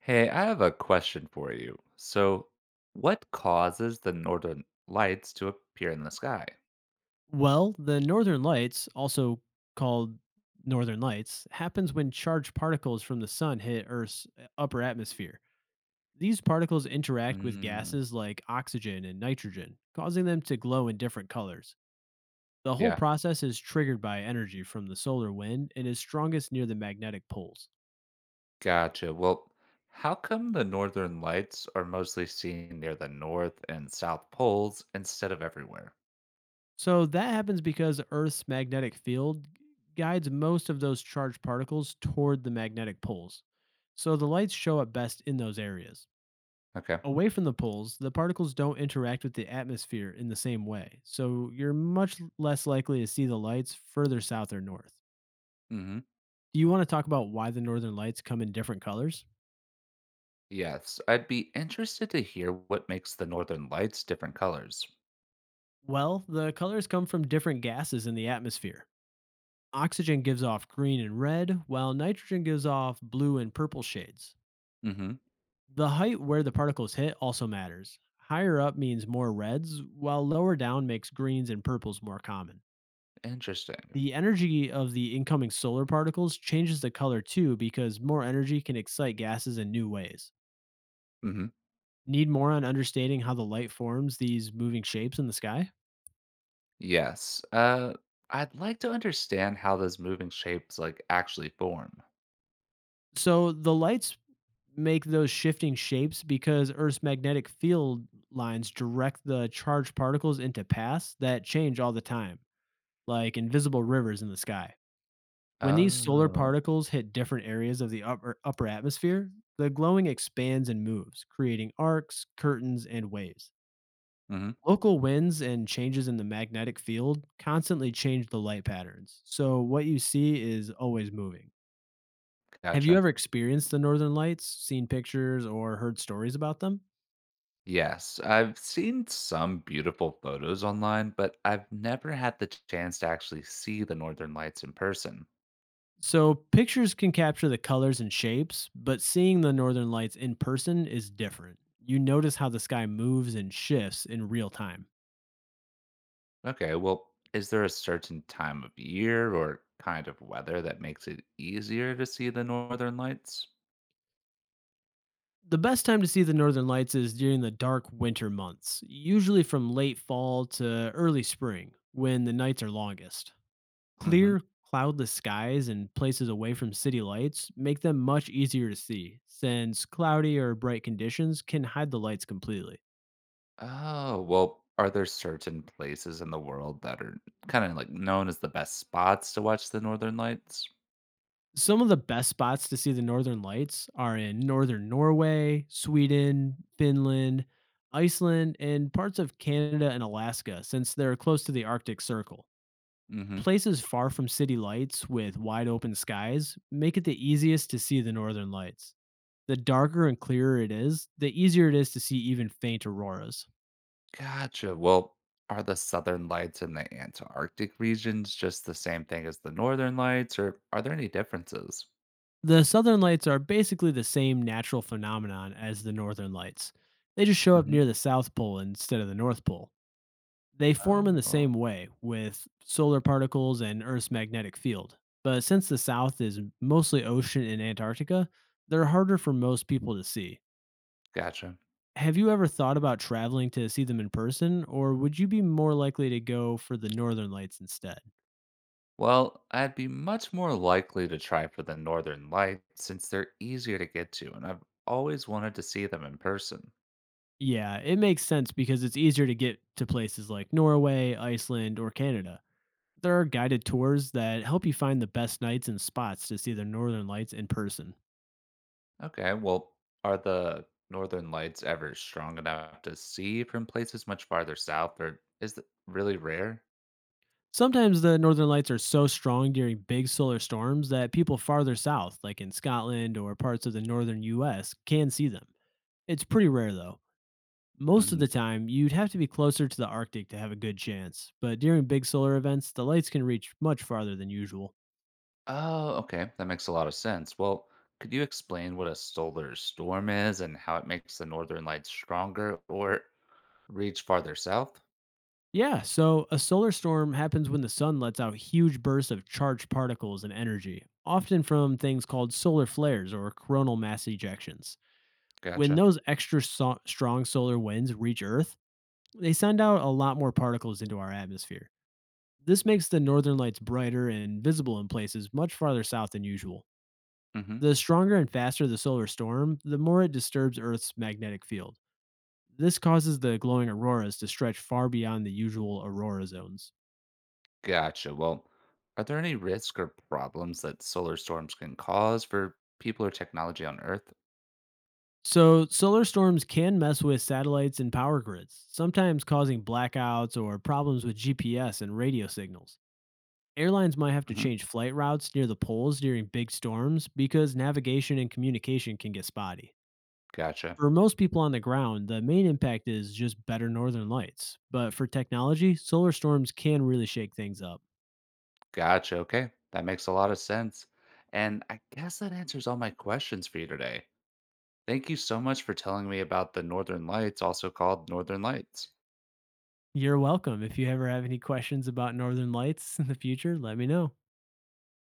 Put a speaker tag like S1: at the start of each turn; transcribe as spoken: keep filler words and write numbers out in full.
S1: Hey, I have a question for you. So, what causes the northern lights to appear in the sky?
S2: Well, the northern lights, also called northern lights, happens when charged particles from the sun hit Earth's uh, upper atmosphere. These particles interact with
S1: Mm.
S2: gases like oxygen and nitrogen, causing them to glow in different colors. The whole
S1: Yeah,
S2: process is triggered by energy from the solar wind and is strongest near the magnetic poles.
S1: gotcha. Well, how come the northern lights are mostly seen near the north and south poles instead of everywhere?
S2: So that happens because Earth's magnetic field guides most of those charged particles toward the magnetic poles. So the lights show up best in those areas.
S1: Okay.
S2: Away from the poles, the particles don't interact with the atmosphere in the same way, so you're much less likely to see the lights further south or north.
S1: Hmm.
S2: Do you want to talk about why the northern lights come in different colors?
S1: Yes, I'd be interested to hear what makes the northern lights different colors.
S2: Well, the colors come from different gases in the atmosphere. Oxygen gives off green and red, while nitrogen gives off blue and purple shades.
S1: Hmm.
S2: The height where the particles hit also matters. Higher up means more reds, while lower down makes greens and purples more common.
S1: Interesting.
S2: The energy of the incoming solar particles changes the color too because more energy can excite gases in new ways.
S1: Hmm.
S2: Need more on understanding how the light forms these moving shapes in the sky?
S1: Yes. Uh, I'd like to understand how those moving shapes like actually form.
S2: So, the lights make those shifting shapes because Earth's magnetic field lines direct the charged particles into paths that change all the time, like invisible rivers in the sky. When these solar
S1: Oh.
S2: particles hit different areas of the upper, upper atmosphere, the glowing expands and moves, creating arcs, curtains, and waves.
S1: Mhm.
S2: Local winds and changes in the magnetic field constantly change the light patterns, so what you see is always moving. Have you
S1: Gotcha.
S2: ever experienced the northern lights, seen pictures, or heard stories about them?
S1: Yes, I've seen some beautiful photos online, but I've never had the chance to actually see the Northern Lights in person.
S2: So, pictures can capture the colors and shapes, but seeing the northern lights in person is different. You notice how the sky moves and shifts in real time.
S1: Okay, well, is there a certain time of year or kind of weather that makes it easier to see the Northern Lights?
S2: The best time to see the northern lights is during the dark winter months, usually from late fall to early spring, when the nights are longest.
S1: Hmm.
S2: Clear, cloudless skies and places away from city lights make them much easier to see, since cloudy or bright conditions can hide the lights completely.
S1: Oh, well, are there certain places in the world that are kind of like known as the best spots to watch the Northern Lights?
S2: Some of the best spots to see the northern lights are in northern Norway, Sweden, Finland, Iceland, and parts of Canada and Alaska, since they're close to the Arctic Circle. Places far from city lights with wide open skies make it the easiest to see the northern lights. The darker and clearer it is, the easier it is to see even faint auroras.
S1: Gotcha. Well, are the southern lights in the Antarctic regions just the same thing as the northern lights, or are there any differences?
S2: The southern lights are basically the same natural phenomenon as the northern lights. They just show up
S1: Hmm.
S2: near the South Pole instead of the North Pole. They form in the
S1: Oh.
S2: same way, with solar particles and Earth's magnetic field. But since the South is mostly ocean and Antarctica, they're harder for most people to see.
S1: Gotcha.
S2: Have you ever thought about traveling to see them in person, or would you be more likely to go for the northern lights instead?
S1: Well, I'd be much more likely to try for the northern lights since they're easier to get to, and I've always wanted to see them in person.
S2: Yeah, it makes sense because it's easier to get to places like Norway, Iceland, or Canada. There are guided tours that help you find the best nights and spots to see the northern lights in person.
S1: Okay, well, are the northern lights ever strong enough to see from places much farther south, or is it really rare?
S2: Sometimes the northern lights are so strong during big solar storms that people farther south, like in Scotland or parts of the northern U S, can see them. It's pretty rare though. Most of the time, you'd have to be closer to the Arctic to have a good chance, but during big solar events, the lights can reach much farther than usual.
S1: Oh, okay. That makes a lot of sense. Well, could you explain what a solar storm is and how it makes the northern lights stronger or reach farther south?
S2: Yeah, so a solar storm happens when the sun lets out huge bursts of charged particles and energy, often from things called solar flares or coronal mass ejections. When
S1: Gotcha.
S2: those extra so- strong solar winds reach Earth, they send out a lot more particles into our atmosphere. This makes the northern lights brighter and visible in places much farther south than usual.
S1: Hmm.
S2: The stronger and faster the solar storm, the more it disturbs Earth's magnetic field. This causes the glowing auroras to stretch far beyond the usual aurora zones.
S1: Gotcha. Well, are there any risks or problems that solar storms can cause for people or technology on Earth?
S2: So, solar storms can mess with satellites and power grids, sometimes causing blackouts or problems with G P S and radio signals. Airlines might have to
S1: Hmm.
S2: change flight routes near the poles during big storms because navigation and communication can get spotty.
S1: Gotcha.
S2: For most people on the ground, the main impact is just better northern lights. But for technology, solar storms can really shake things up.
S1: Gotcha. Okay. That makes a lot of sense. And I guess that answers all my questions for you today. Thank you so much for telling me about the northern lights, also called northern lights.
S2: You're welcome. If you ever have any questions about northern lights in the future, let me know.